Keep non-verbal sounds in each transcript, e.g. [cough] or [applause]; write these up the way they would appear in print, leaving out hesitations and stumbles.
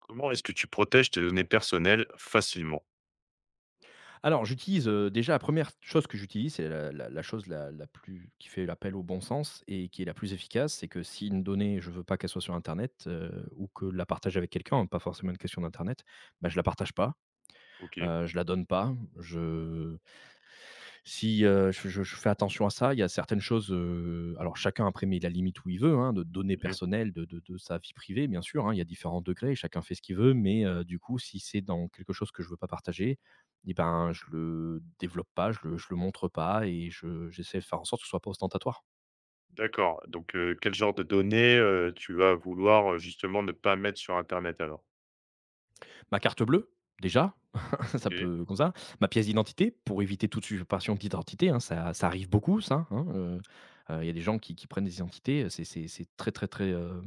Comment est-ce que tu protèges tes données personnelles facilement? Alors j'utilise, déjà la première chose que j'utilise, c'est la chose la plus qui fait l'appel au bon sens et qui est la plus efficace, c'est que si une donnée, je veux pas qu'elle soit sur internet, ou que la partage avec quelqu'un, hein, pas forcément une question d'internet, bah, je la partage pas. OK. Je la donne pas. Je si, je fais attention à ça. Il y a certaines choses, alors chacun après met la limite où il veut, hein, de données Mmh. personnelles, de sa vie privée, bien sûr, hein. Il y a différents degrés, chacun fait ce qu'il veut, mais du coup, si c'est dans quelque chose que je veux pas partager et ben, je le développe pas, je le montre pas et je j'essaie de faire en sorte que ce soit pas ostentatoire. D'accord, donc quel genre de données, tu vas vouloir, justement ne pas mettre sur internet alors? Ma carte bleue, déjà. [laughs] Ça OK. peut comme ça. Ma pièce d'identité, pour éviter toute usurpation d'identité, hein, ça arrive beaucoup ça, hein, il y a des gens qui prennent des identités, c'est très, très, très, heu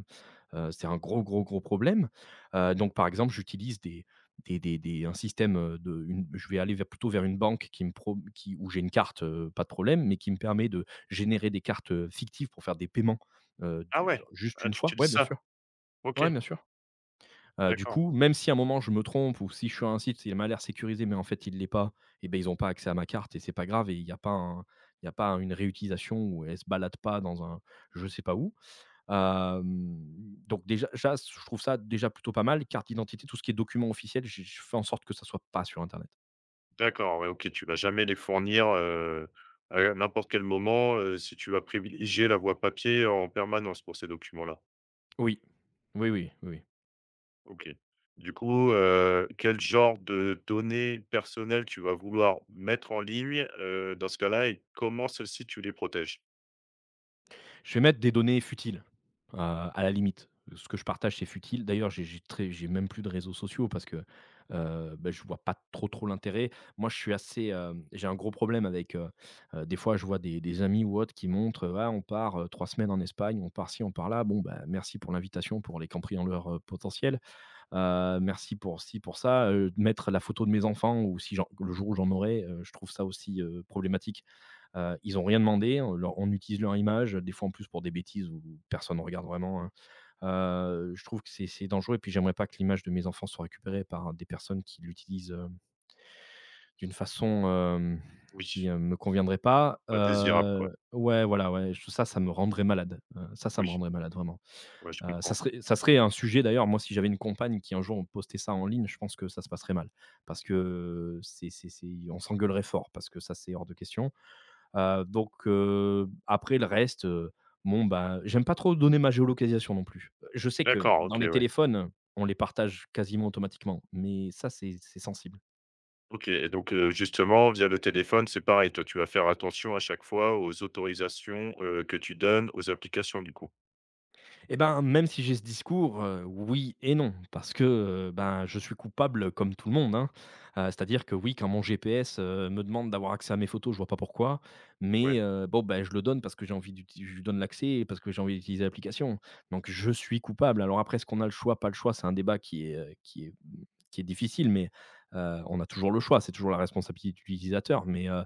heu, c'est un gros, gros, gros problème. Mmh. Donc par exemple, j'utilise des un système, de une je vais aller vers plutôt vers une banque qui me pro qui où j'ai une carte, pas de problème, mais qui me permet de générer des cartes, fictives pour faire des paiements, Ah du ouais! juste Ah une tu fois. Ouais, utilises bien ça? sûr. OK, Ouais, bien sûr. Du d'accord. coup, même si à un moment je me trompe ou si je suis sur un site, il m'a l'air sécurisé, mais en fait il ne l'est pas, et beh, ils n'ont pas accès à ma carte et c'est pas grave et il n'y a pas un il y a pas un une réutilisation ou elle ne se balade pas dans un je sais pas où. Hem, donc déjà ja je trouve ça déjà plutôt pas mal. Carte d'identité, tout ce qui est documents officiels, je fais en sorte que ça soit pas sur internet. D'accord, ouais, OK, tu vas jamais les fournir, à n'importe quel moment, si tu vas privilégier la voie papier en permanence pour ces documents-là? Oui. Oui, oui, oui, oui. OK. Du coup, quel genre de données personnelles tu vas vouloir mettre en ligne, dans ce cas-là et comment celles-ci tu les protèges? Je vais mettre des données futiles, à la limite. Ce que je partage, c'est futile. D'ailleurs, j'ai très j'ai même plus de réseaux sociaux parce que, bah, je vois pas trop, trop l'intérêt. Moi, je suis assez, j'ai un gros problème avec, des fois, je vois des amis ou autres qui montrent, heu : « Ah, on part, 3 semaines en Espagne, on part ci, on part là ». Bon, bah, merci pour l'invitation, pour les cambrioleurs, potentiels. Merci pour ci, pour ça, mettre la photo de mes enfants ou si j'en le jour où j'en aurai, je trouve ça aussi, problématique. Ils ont rien demandé, on leur on utilise leur image, des fois en plus pour des bêtises où personne ne regarde vraiment, hein. Je trouve que c'est dangereux et puis j'aimerais pas que l'image de mes enfants soit récupérée par des personnes qui l'utilisent, d'une façon, qui, Oui, me conviendrait pas. pas désirable, quoi. Ouais, voilà, ouais, j ça, ça me rendrait malade, ça, ça me Oui, rendrait malade vraiment. ouais, je Ça comprends. serait ça serait un sujet d'ailleurs, moi, si j'avais une compagne qui un jour postait ça en ligne, je pense que ça se passerait mal. Parce que c'est on s'engueulerait fort parce que ça, c'est hors de question. Donc après le reste, bon, bah, j'aime pas trop donner ma géolocalisation non plus. Je sais que D'accord, dans OK, les ouais. téléphones, on les partage quasiment automatiquement, mais ça, c'est sensible. OK et donc, justement via le téléphone, c'est pareil, toi tu vas faire attention à chaque fois aux autorisations, que tu donnes aux applications du coup? Et ben, même si j'ai ce discours, oui et non, parce que, ben, je suis coupable comme tout le monde, hein. C'est-à-dire que oui, quand mon GPS, me demande d'avoir accès à mes photos, je vois pas pourquoi, Ouais, mais bon, ben, je le donne parce que j'ai envie d'uti je lui donne l'accès et parce que j'ai envie d'utiliser l'application. Donc je suis coupable. Alors après, est-ce qu'on a le choix, pas le choix? C'est un débat qui est, mmh, qui est difficile, mais on a toujours le choix, c'est toujours la responsabilité de l'utilisateur, mais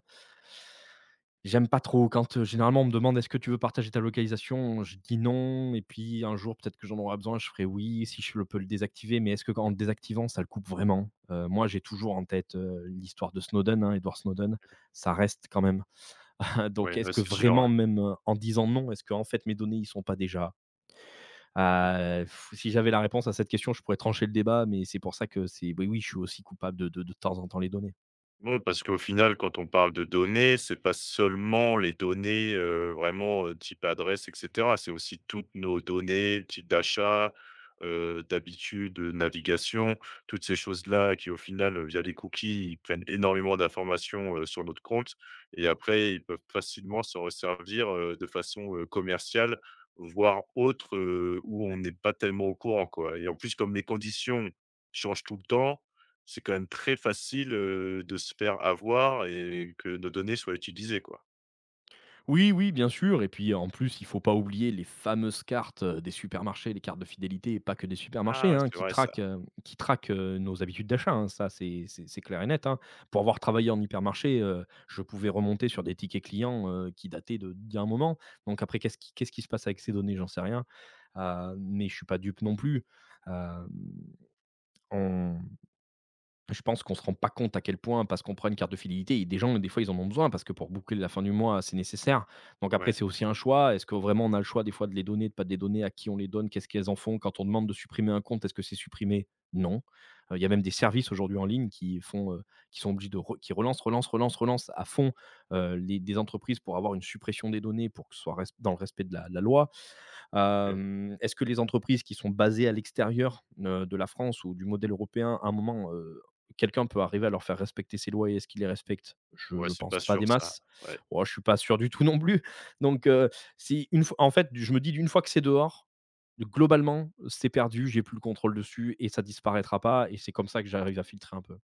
J'aime pas trop quand, généralement on me demande : « Est-ce que tu veux partager ta localisation ? » Je dis : « Non » et puis un jour peut-être que j'en aurai besoin, je ferai « oui » si je le peux le désactiver, mais est-ce que quand en le désactivant ça le coupe vraiment? Moi j'ai toujours en tête, l'histoire de Snowden, hein, Edward Snowden, ça reste quand même [laughs] donc ouais, est-ce ouais, que c'est sûr, vraiment ouais. même, en disant non, est-ce que en fait mes données ils sont pas déjà? Heu, Si j'avais la réponse à cette question, je pourrais trancher le débat, mais c'est pour ça que c'est oui, oui, je suis aussi coupable de de temps en temps les données. Ouais, parce qu'au final, quand on parle de données, c'est pas seulement les données, vraiment, type adresse et cetera. C'est aussi toutes nos données, type d'achat, d'habitude, navigation, toutes ces choses-là qui, au final, via les cookies, ils prennent énormément d'informations, sur notre compte et après ils peuvent facilement s'en resservir, de façon, commerciale, voire autre, où on n'est pas tellement au courant, quoi et en plus, comme les conditions changent tout le temps, c'est quand même très facile, de se faire avoir et que nos données soient utilisées, quoi. Oui, oui, bien sûr. Et puis en plus, il faut pas oublier les fameuses cartes des supermarchés, les cartes de fidélité, et pas que des supermarchés, Ah ouais, hein, c'est vrai ça. Qui traquent nos habitudes d'achat. Hein. Ça, c'est clair et net. Hein. Pour avoir travaillé en hypermarché, je pouvais remonter sur des tickets clients qui dataient d'il y a un moment. Donc après, qu'est-ce qui se passe avec ces données J'en sais rien. Mais je suis pas dupe non plus. Euh, je pense qu'on se rend pas compte à quel point, parce qu'on prend une carte de fidélité et des gens, des fois, ils en ont besoin parce que pour boucler la fin du mois, c'est nécessaire. Donc après, Ouais, c'est aussi un choix. Est-ce que vraiment on a le choix des fois de les donner, de pas de les donner, à qui on les donne, qu'est-ce qu'elles en font? Quand on demande de supprimer un compte, est-ce que c'est supprimé? Non. Il y a même des services aujourd'hui en ligne qui font, qui sont obligés de re qui relancent à fond, les des entreprises pour avoir une suppression des données pour que ce soit res dans le respect de la loi. mmh. Est-ce que les entreprises qui sont basées à l'extérieur, de la France ou du modèle européen, à un moment, quelqu'un peut arriver à leur faire respecter ces lois et est-ce qu'ils les respectent? Je Ouais, ne c'est pense pas pas des sûr ça. masses. Ouais. Oh, je suis pas sûr du tout non plus. Donc si une fois en fait, je me dis d'une fois que c'est dehors, globalement, c'est perdu, j'ai plus le contrôle dessus et ça disparaîtra pas et c'est comme ça que j'arrive à filtrer un peu.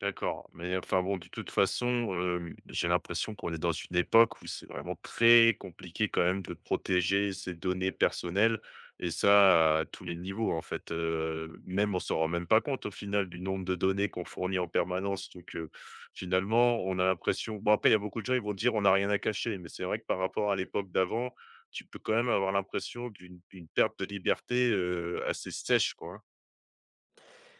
D'accord, mais enfin bon, de toute façon, j'ai l'impression qu'on est dans une époque où c'est vraiment très compliqué quand même de protéger ses données personnelles et ça à tous les niveaux en fait, même on s'en rend même pas compte au final du nombre de données qu'on fournit en permanence donc finalement on a l'impression bon après il y a beaucoup de gens, ils vont dire: «On n'a rien à cacher» mais c'est vrai que par rapport à l'époque d'avant, tu peux quand même avoir l'impression d'une perte de liberté, assez sèche quoi, hein?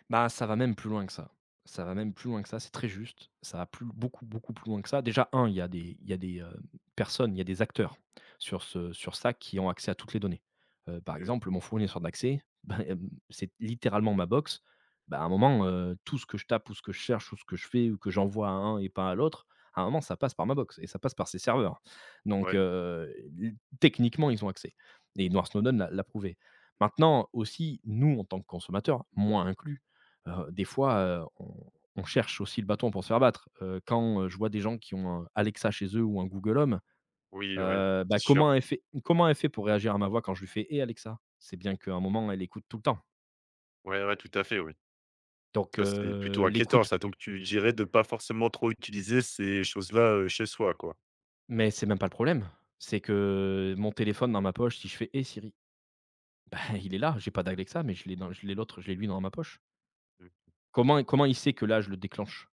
Bah, ça va même plus loin que ça. Ça va même plus loin que ça, c'est très juste. Ça va plus beaucoup, beaucoup plus loin que ça. Déjà, un il y a des il y a des, personnes, il y a des acteurs sur ce sur ça qui ont accès à toutes les données. Par Mmh, exemple, mon fournisseur d'accès, [laughs] ben, c'est littéralement ma box. Bah, à un moment, tout ce que je tape ou ce que je cherche ou ce que je fais ou que j'envoie à un et pas à l'autre, à un moment, ça passe par ma box et ça passe par ses serveurs. Donc ouais, l techniquement, ils ont accès et Edward Snowden l'a prouvé. Maintenant aussi, nous, en tant que consommateurs, moi inclus, des fois, heu, on on cherche aussi le bâton pour se faire battre. Quand, je vois des gens qui ont un Alexa chez eux ou un Google Home, oui, ouais, c'est bah, sûr. Comment elle fait pour réagir à ma voix quand je lui fais: et Alexa ? » C'est bien qu'à un moment, elle écoute tout le temps. Ouais, ouais, tout à fait, oui. Donc Toi, c'est plutôt inquiétant l'écoute ça, donc tu dirais de pas forcément trop utiliser ces choses-là, chez soi, quoi? mais c'est même pas le problème. C'est que mon téléphone dans ma poche, si je fais: et Siri », bah, [laughs] il est là. J'ai pas d'Alexa, mais je l'ai dans je l'ai l'autre, je l'ai lui dans ma poche. Comment comment il sait que là, je le déclenche?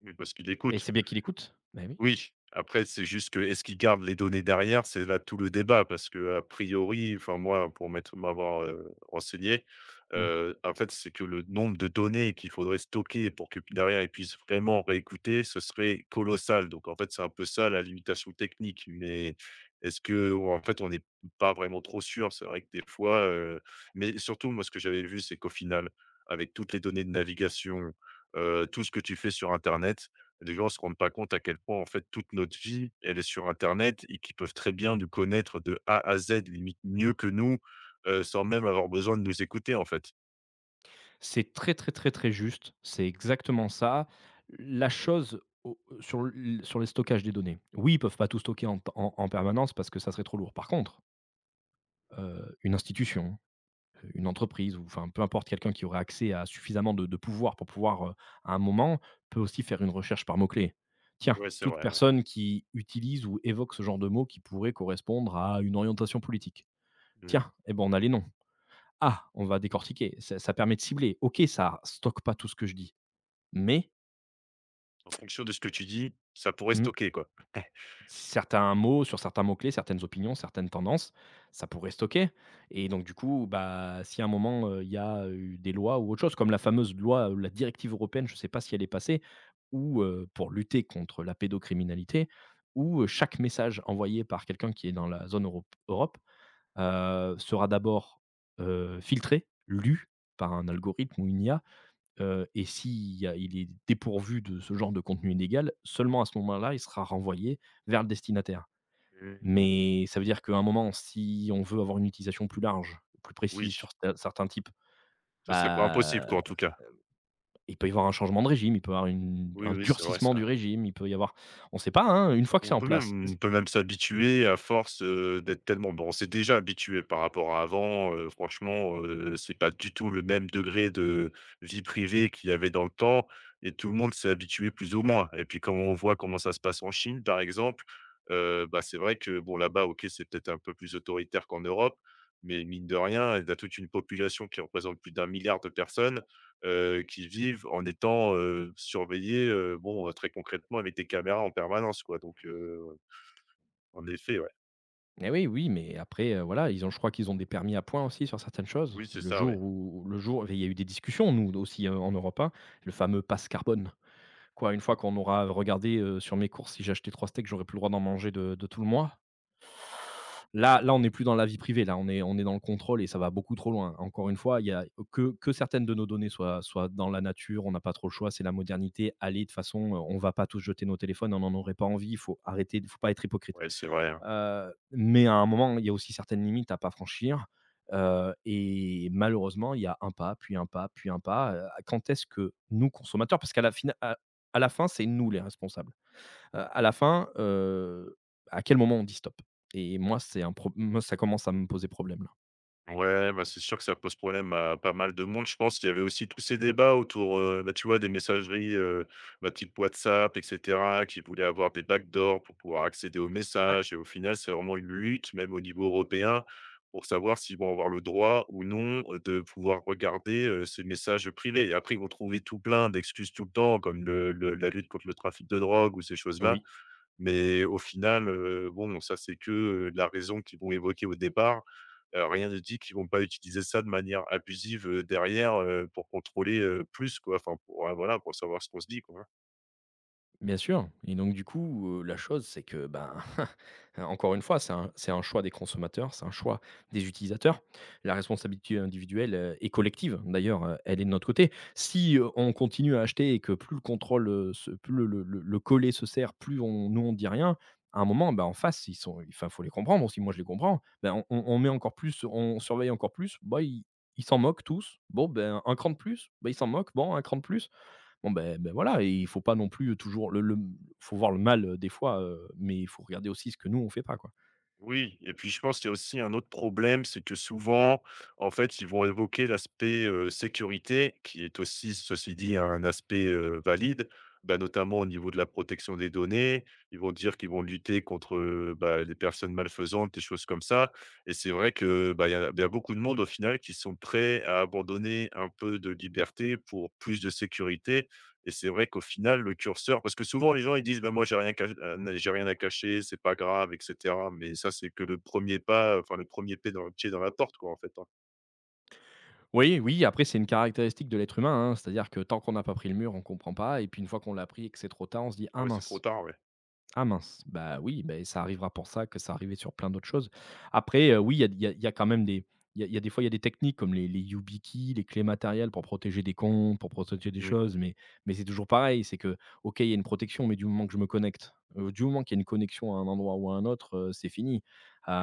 Mmh mh, parce qu'il Et écoute. c'est bien qu'il écoute. Beh oui. Oui, après, c'est juste que est-ce qu'ils gardent les données derrière? C'est là tout le débat parce que a priori, enfin moi, pour m'avoir renseigné, Mmh. En fait, c'est que le nombre de données qu'il faudrait stocker pour que derrière ils puissent vraiment réécouter, ce serait colossal. Donc en fait, c'est un peu ça la limitation technique. Mais est-ce que ou en fait, on n'est pas vraiment trop sûr? C'est vrai que des fois, mais surtout, moi, ce que j'avais vu, c'est qu'au final, avec toutes les données de navigation, tout ce que tu fais sur internet, les gens se rendent pas compte à quel point, en fait, toute notre vie, elle est sur internet et qu'ils peuvent très bien nous connaître de A à Z, limite mieux que nous, sans même avoir besoin de nous écouter, en fait. C'est très, très, très, très juste. C'est exactement ça. La chose au- sur, l- sur les stockages des données. Oui, ils peuvent pas tout stocker en, en permanence parce que ça serait trop lourd. Par contre, une institution, une entreprise, ou enfin peu importe quelqu'un qui aurait accès à suffisamment de pouvoir pour pouvoir, à un moment, peut aussi faire une recherche par mots-clés. Tiens, Ouais, c'est toute vrai, ouais. personne qui utilise ou évoque ce genre de mots qui pourrait correspondre à une orientation politique. Mmh. Tiens, eh ben on a les noms. Ah, on va décortiquer. Ça permet de cibler. Ok, ça stocke pas tout ce que je dis mais En fonction de ce que tu dis, ça pourrait mmh, stocker, quoi. [laughs] certains mots, sur certains mots clés, certaines opinions, certaines tendances, ça pourrait stocker. Et donc du coup, bah, si à un moment, il y a eu des lois ou autre chose, comme la fameuse loi, la directive européenne, je ne sais pas si elle est passée, ou pour lutter contre la pédocriminalité, où, chaque message envoyé par quelqu'un qui est dans la zone Europe, sera d'abord, filtré, lu par un algorithme ou une IA. Et s'il y a il est dépourvu de ce genre de contenu illégal, seulement à ce moment-là, il sera renvoyé vers le destinataire. Mmh, Mais ça veut dire qu'à un moment, si on veut avoir une utilisation plus large, plus oui, précise sur certains types, ça, c'est pas impossible, quoi, bah, en tout cas. il peut y avoir un changement de régime, il peut y avoir une Oui, un oui, c'est vrai durcissement du ça. régime, il peut y avoir, on ne sait pas, hein, une fois que c'est en place. On peut même s'habituer à force, d'être tellement bon, on s'est déjà habitué par rapport à avant, franchement, c'est pas du tout le même degré de vie privée qu'il y avait dans le temps et tout le monde s'est habitué plus ou moins et puis quand on voit comment ça se passe en Chine, par exemple, bah, c'est vrai que bon, là-bas, OK, c'est peut-être un peu plus autoritaire qu'en Europe, mais mine de rien, il y a toute une population qui représente plus d'un milliard de personnes qui vivent en étant, surveillés, bon, très concrètement avec des caméras en permanence quoi donc en effet, ouais. Eh oui, oui, mais après, voilà, ils ont, je crois qu'ils ont des permis à points aussi sur certaines choses. Oui, c'est Le ça, ouais. jour où le jour il y a eu des discussions, nous aussi, en Europe, hein, le fameux passe carbone. Quoi, une fois Mmh. qu'on aura regardé, sur mes courses, si j'ai acheté 3 steaks, j'aurai plus le droit d'en manger de tout le mois? Là, on n'est plus dans la vie privée, là, on est dans le contrôle et ça va beaucoup trop loin. Encore une fois, il y a que certaines de nos données soient dans la nature, on n'a pas trop le choix, c'est la modernité. Allez, de toute façon, on va pas tous jeter nos téléphones, on n'en aurait pas envie, il faut arrêter. Il faut pas être hypocrite. Ouais, c'est vrai, hein. Mais à un moment, il y a aussi certaines limites à pas franchir, et malheureusement, il y a un pas, puis un pas, puis un pas, quand est-ce que nous, consommateurs, parce qu'à la fina à la fin, c'est nous les responsables, à la fin, à quel moment on dit: «Stop», et moi, c'est un pro moi, ça commence à me poser problème, là. Ouais, bah, c'est sûr que ça pose problème à pas mal de monde. Je pense qu'il y avait aussi tous ces débats autour, bah, tu vois, des messageries, bah, type WhatsApp et cetera, qui voulaient avoir des backdoors pour pouvoir accéder aux Ouais. messages et au final, c'est vraiment une lutte, même au niveau européen, pour savoir s'ils vont avoir le droit ou non, de pouvoir regarder, ces messages privés et après, ils vont trouver tout plein d'excuses tout le temps comme le la lutte contre le trafic de drogue ou ces choses-là. Oui. Mais au final, bon, ça, c'est que, la raison qu'ils vont évoquer au départ. Rien ne dit qu'ils vont pas utiliser ça de manière abusive, derrière, pour contrôler, plus, quoi. Enfin, pour, voilà, pour savoir ce qu'on se dit, quoi. Hein. Bien sûr. Et donc du coup, la chose c'est que, ben, [laughs] encore une fois, c'est un choix des consommateurs, c'est un choix des utilisateurs. La responsabilité individuelle, et collective d'ailleurs, elle est de notre côté. Si, on continue à acheter et que plus le collet se serre, plus on dit rien, à un moment, ben en face, ils sont, enfin, faut les comprendre aussi, moi je les comprends. Ben, on met encore plus, on surveille encore plus, bah, ils s'en moquent tous. Bon, ben, un cran de plus, ben ils s'en moquent. Bon, un cran de plus. Bon, ben ben voilà. Et il faut pas non plus toujours le faut voir le mal, des fois, mais il faut regarder aussi ce que nous on fait pas, quoi. Oui et puis je pense qu'il y a aussi un autre problème, c'est que souvent, en fait, ils vont évoquer l'aspect, sécurité qui est aussi, ceci dit, un aspect, valide, bah, notamment au niveau de la protection des données. Ils vont dire qu'ils vont lutter contre, bah, les personnes malfaisantes, des choses comme ça et c'est vrai que, bah, il y a beaucoup de monde au final qui sont prêts à abandonner un peu de liberté pour plus de sécurité et c'est vrai qu'au final, le curseur parce que souvent les gens ils disent: «Bah, moi j'ai rien cach j'ai rien à cacher, c'est pas grave» et cetera. Mais ça, c'est que le premier pas, enfin le premier pied dans la porte quoi, en fait, hein. Oui, oui, après c'est une caractéristique de l'être humain, hein, c'est-à-dire que tant qu'on n'a pas pris le mur, on comprend pas, et puis une fois qu'on l'a pris et que c'est trop tard, on se dit: Ah «Ah ouais, c'est trop mince». tard, ouais. Ah mince, bah, oui, beh, ça arrivera, pour ça que ça arrivait sur plein d'autres choses. Après, oui, il y a quand même des il y a des fois, il y a des techniques comme les YubiKey, les clés matérielles pour protéger des comptes, pour protéger Mmh des mh, choses, mais c'est toujours pareil, c'est que, OK, il y a une protection, mais du moment que je me connecte, du moment qu'il y a une connexion à un endroit ou à un autre, c'est fini.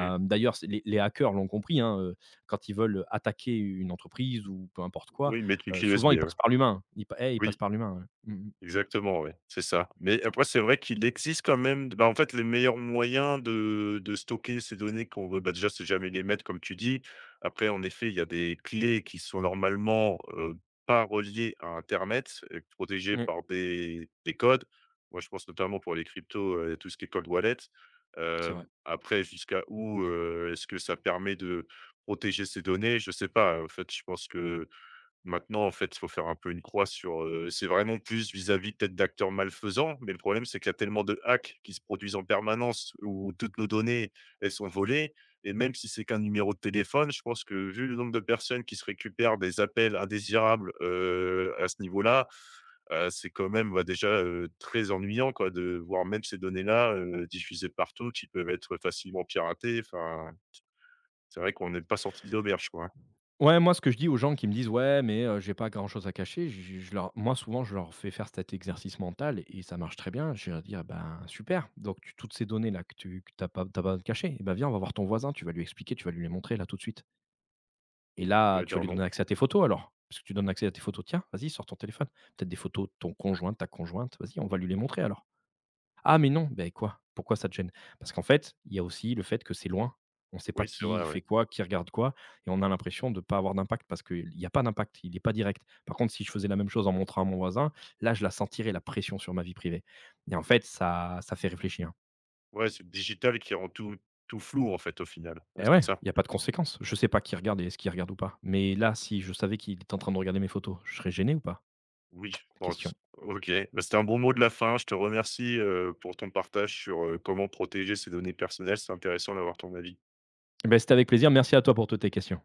mmh. D'ailleurs, c'est les hackers l'ont compris, hein, quand ils veulent attaquer une entreprise ou peu importe quoi, Oui, mettre une clé souvent USB, ils ouais. passent par l'humain. Ils passent Oui. par l'humain, ouais. Mmh mh. Exactement, ouais, c'est ça. Mais après, c'est vrai qu'il existe quand même, bah, en fait, les meilleurs moyens de stocker ces données qu'on veut, bah, déjà, c'est jamais les mettre, comme tu dis. Après, en effet, il y a des clés qui sont normalement, pas reliées à internet et protégées Mmh, par des codes. Moi, je pense notamment pour les cryptos, tout ce qui est cold wallet. c'est vrai. Après, jusqu'à où, est-ce que ça permet de protéger ces données? Je sais pas. En fait, je pense que maintenant, en fait, il faut faire un peu une croix sur, c'est vraiment plus vis-à-vis peut-être d'acteurs malfaisants, mais le problème, c'est qu'il y a tellement de hacks qui se produisent en permanence où toutes nos données, elles sont volées et même si c'est qu'un numéro de téléphone, je pense que vu le nombre de personnes qui se récupèrent des appels indésirables, à ce niveau-là, c'est quand même, bah, déjà, très ennuyant, quoi, de voir même ces données-là, diffusées partout qui peuvent être facilement piratées. Enfin, c'est vrai qu'on n'est pas sorti de l'auberge, quoi. Ouais, moi, ce que je dis aux gens qui me disent: «Ouais, mais j'ai pas grand-chose à cacher», je leur moi, souvent, je leur fais faire cet exercice mental et ça marche très bien. Je leur dis ah «Ben, super, donc tu toutes ces données-là que tu que pas t'as pas cachées, eh ben, viens, on va voir ton voisin, tu vas lui expliquer, tu vas lui les montrer, là, tout de suite, et Tu là, vas tu vas dire lui non? donner accès à tes photos alors, parce que tu donnes accès à tes photos. Tiens, vas-y, sors ton téléphone. Peut-être des photos de ton conjoint, de ta conjointe. Vas-y, on va lui les montrer alors». Ah mais non! Ben quoi? Pourquoi ça te gêne? Parce qu'en fait, il y a aussi le fait que c'est loin. On ne sait pas Oui, c'est qui vrai, ouais. fait quoi, qui regarde quoi, et on a l'impression de ne pas avoir d'impact parce qu'il n'y a pas d'impact, il n'est pas direct. Par contre, si je faisais la même chose en montrant à mon voisin, là, je la sentirais la pression sur ma vie privée, et en fait, ça fait réfléchir. Ouais, c'est le digital qui rend tout tout flou, en fait, au final. Ouais, Et ouais, c'est ça. il n'y a pas de conséquences. Je sais pas qui regarde et est-ce qu'il regarde ou pas. Mais là, si je savais qu'il est en train de regarder mes photos, je serais gêné ou pas? Oui, je Question. pense. OK, bah, c'était un bon mot de la fin. Je te remercie, pour ton partage sur, comment protéger ses données personnelles. C'est intéressant d'avoir ton avis. Eh ben c'était avec plaisir. Merci à toi pour toutes tes questions.